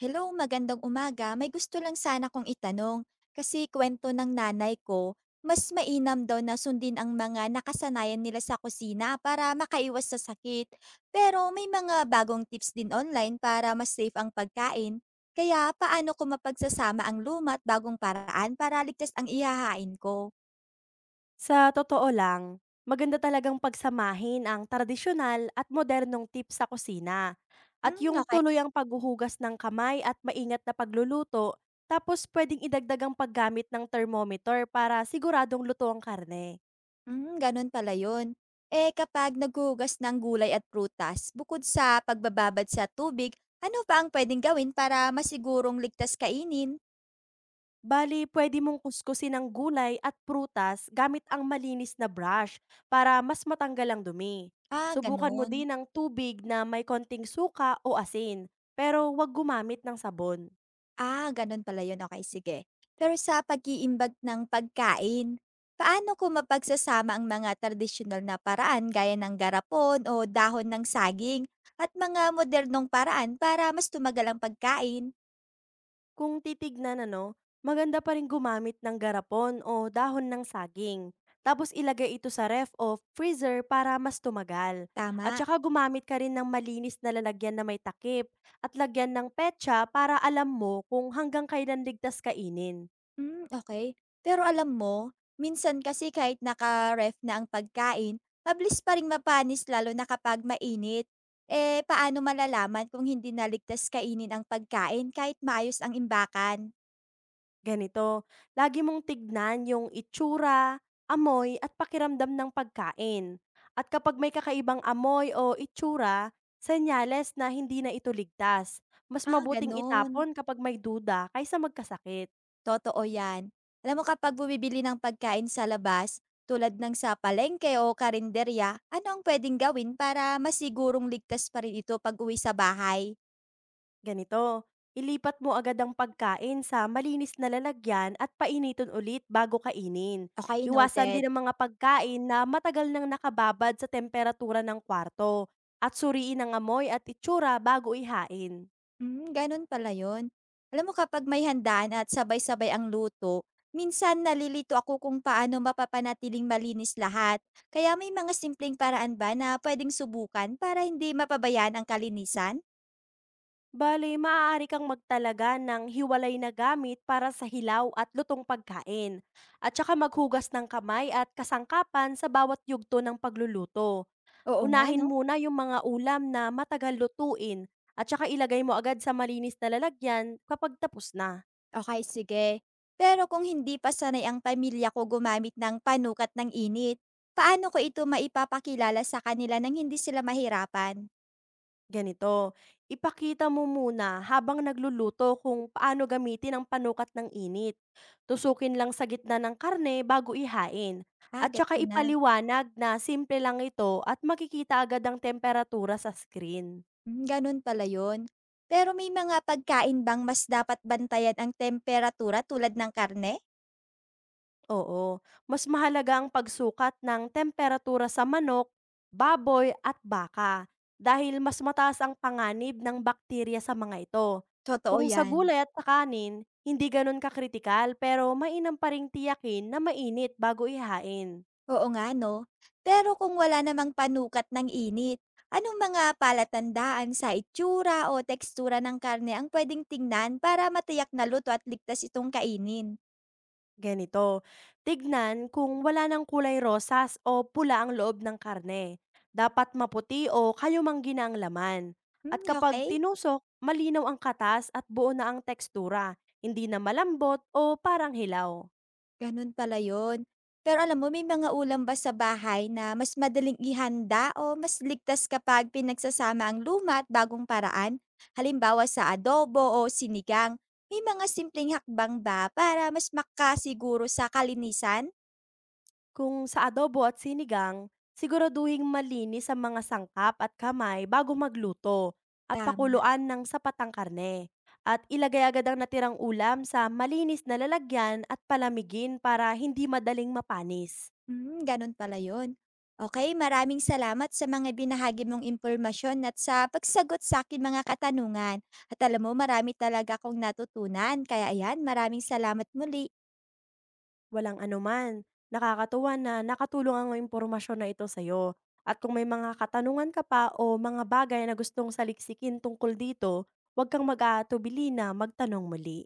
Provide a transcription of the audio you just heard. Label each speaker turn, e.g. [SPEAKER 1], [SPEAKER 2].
[SPEAKER 1] Hello, magandang umaga. May gusto lang sana kong itanong. Kasi kwento ng nanay ko, mas mainam daw na sundin ang mga nakasanayan nila sa kusina para makaiwas sa sakit. Pero may mga bagong tips din online para mas safe ang pagkain. Kaya paano ko mapagsasama ang luma at bagong paraan para ligtas ang ihahain ko?
[SPEAKER 2] Sa totoo lang, maganda talagang pagsamahin ang tradisyonal at modernong tips sa kusina. At
[SPEAKER 1] Hmm,
[SPEAKER 2] yung
[SPEAKER 1] okay.
[SPEAKER 2] tuloy ang paghuhugas ng kamay at maingat na pagluluto, tapos pwedeng idagdag ang paggamit ng thermometer para siguradong luto ang karne.
[SPEAKER 1] Hmm, ganun pala yun. Eh kapag naghuhugas ng gulay at prutas, bukod sa pagbababad sa tubig, ano pa ang pwedeng gawin para masigurong ligtas kainin?
[SPEAKER 2] Bali, pwede mong kuskusin ang gulay at prutas gamit ang malinis na brush para mas matanggal ang dumi.
[SPEAKER 1] Ah,
[SPEAKER 2] Subukan mo
[SPEAKER 1] ganun.
[SPEAKER 2] din ang tubig na may konting suka o asin, pero huwag gumamit ng sabon.
[SPEAKER 1] Ah, ganun pala yun. Okay, sige. Pero sa pag-iimbag ng pagkain, paano kung mapagsasama ang mga tradisyonal na paraan gaya ng garapon o dahon ng saging at mga modernong paraan para mas tumagal ang pagkain?
[SPEAKER 2] Kung titignan ano, maganda pa rin gumamit ng garapon o dahon ng saging. Tapos ilagay ito sa ref o freezer para mas tumagal. At
[SPEAKER 1] Tama.
[SPEAKER 2] saka gumamit ka rin ng malinis na lalagyan na may takip at lagyan ng petsa para alam mo kung hanggang kailan ligtas kainin.
[SPEAKER 1] Hmm, okay. Pero alam mo, minsan kasi kahit naka-ref na ang pagkain, mabilis pa ring mapanis lalo na kapag mainit. Eh, paano malalaman kung hindi na ligtas kainin ang pagkain kahit maayos ang imbakan?
[SPEAKER 2] Ganito, lagi mong tignan yung itsura, amoy at pakiramdam ng pagkain. At kapag may kakaibang amoy o itsura, senyales na hindi na ito ligtas. Mas
[SPEAKER 1] Ah,
[SPEAKER 2] mabuting
[SPEAKER 1] gano'n.
[SPEAKER 2] itapon kapag may duda kaysa magkasakit.
[SPEAKER 1] Totoo 'yan. Alam mo kapag bumibili ng pagkain sa labas, tulad ng sa palengke o karinderya, ano ang puwedeng gawin para masigurong ligtas pa rin ito pag-uwi sa bahay?
[SPEAKER 2] Ganito, ilipat mo agad ang pagkain sa malinis na lalagyan at painitin ulit bago kainin.
[SPEAKER 1] Okay,
[SPEAKER 2] Iwasan
[SPEAKER 1] noted.
[SPEAKER 2] din ang mga pagkain na matagal nang nakababad sa temperatura ng kwarto at suriin ang amoy at itsura bago ihain.
[SPEAKER 1] Hmm, gano'n pala 'yun. Alam mo kapag may handaan at sabay-sabay ang luto, minsan nalilito ako kung paano mapapanatiling malinis lahat. Kaya may mga simpleng paraan ba na pwedeng subukan para hindi mapabayaan ang kalinisan?
[SPEAKER 2] Bale, maaari kang magtalaga ng hiwalay na gamit para sa hilaw at lutong pagkain. At saka maghugas ng kamay at kasangkapan sa bawat yugto ng pagluluto.
[SPEAKER 1] Oo nga
[SPEAKER 2] Unahin
[SPEAKER 1] 'no?
[SPEAKER 2] muna yung mga ulam na matagal lutuin at saka ilagay mo agad sa malinis na lalagyan kapag tapos na.
[SPEAKER 1] Okey, sige. Pero kung hindi pa sanay ang pamilya ko gumamit ng panukat ng init, paano ko ito maipapakilala sa kanila nang hindi sila mahirapan?
[SPEAKER 2] Ganito, ipakita mo muna habang nagluluto kung paano gamitin ang panukat ng init. Tusukin lang sa gitna ng karne bago ihain.
[SPEAKER 1] Ah,
[SPEAKER 2] At
[SPEAKER 1] gets
[SPEAKER 2] saka
[SPEAKER 1] ko na.
[SPEAKER 2] ipaliwanag na simple lang ito at makikita agad ang temperatura sa screen.
[SPEAKER 1] Hmm, ganun pala yun. Pero may mga pagkain bang mas dapat bantayan ang temperatura tulad ng karne?
[SPEAKER 2] Oo, mas mahalaga ang pagsukat ng temperatura sa manok, baboy at baka dahil mas mataas ang panganib ng bakterya sa mga ito.
[SPEAKER 1] Totoo
[SPEAKER 2] Kung sa
[SPEAKER 1] yan.
[SPEAKER 2] gulay at sa kanin, hindi ganun kakritikal pero mainam pa ring tiyakin na mainit bago ihain.
[SPEAKER 1] Oo nga, no? Pero kung wala namang panukat ng init, anong mga palatandaan sa itsura o tekstura ng karne ang pwedeng tingnan para matiyak na luto at ligtas itong kainin?
[SPEAKER 2] Ganito, tignan kung wala ng kulay rosas o pula ang loob ng karne. Dapat maputi o kayumanggina ang laman. At
[SPEAKER 1] Hmm,
[SPEAKER 2] kapag
[SPEAKER 1] okay?
[SPEAKER 2] tinusok, malinaw ang katas at buo na ang tekstura, hindi na malambot o parang hilaw.
[SPEAKER 1] Ganun pala yun. Pero alam mo, may mga ulam ba sa bahay na mas madaling ihanda o mas ligtas kapag pinagsasama ang luma at bagong paraan? Halimbawa sa adobo o sinigang, may mga simpleng hakbang ba para mas makasiguro sa kalinisan?
[SPEAKER 2] Kung sa adobo at sinigang, siguraduhing malinis ang mga sangkap at kamay bago magluto at
[SPEAKER 1] Tama.
[SPEAKER 2] pakuluan ng sapatang karne. At ilagay agad ang natirang ulam sa malinis na lalagyan at palamigin para hindi madaling mapanis.
[SPEAKER 1] Hmm, ganun pala yun. Okay, maraming salamat sa mga binahagi mong impormasyon at sa pagsagot sa akin mga katanungan. At alam mo, marami talaga akong natutunan. Kaya ayan, maraming salamat muli.
[SPEAKER 2] Walang anuman, nakakatuwa na nakatulong ang impormasyon na ito sa'yo. At kung may mga katanungan ka pa o mga bagay na gustong saliksikin tungkol dito, huwag kang mag-aatubili na magtanong muli.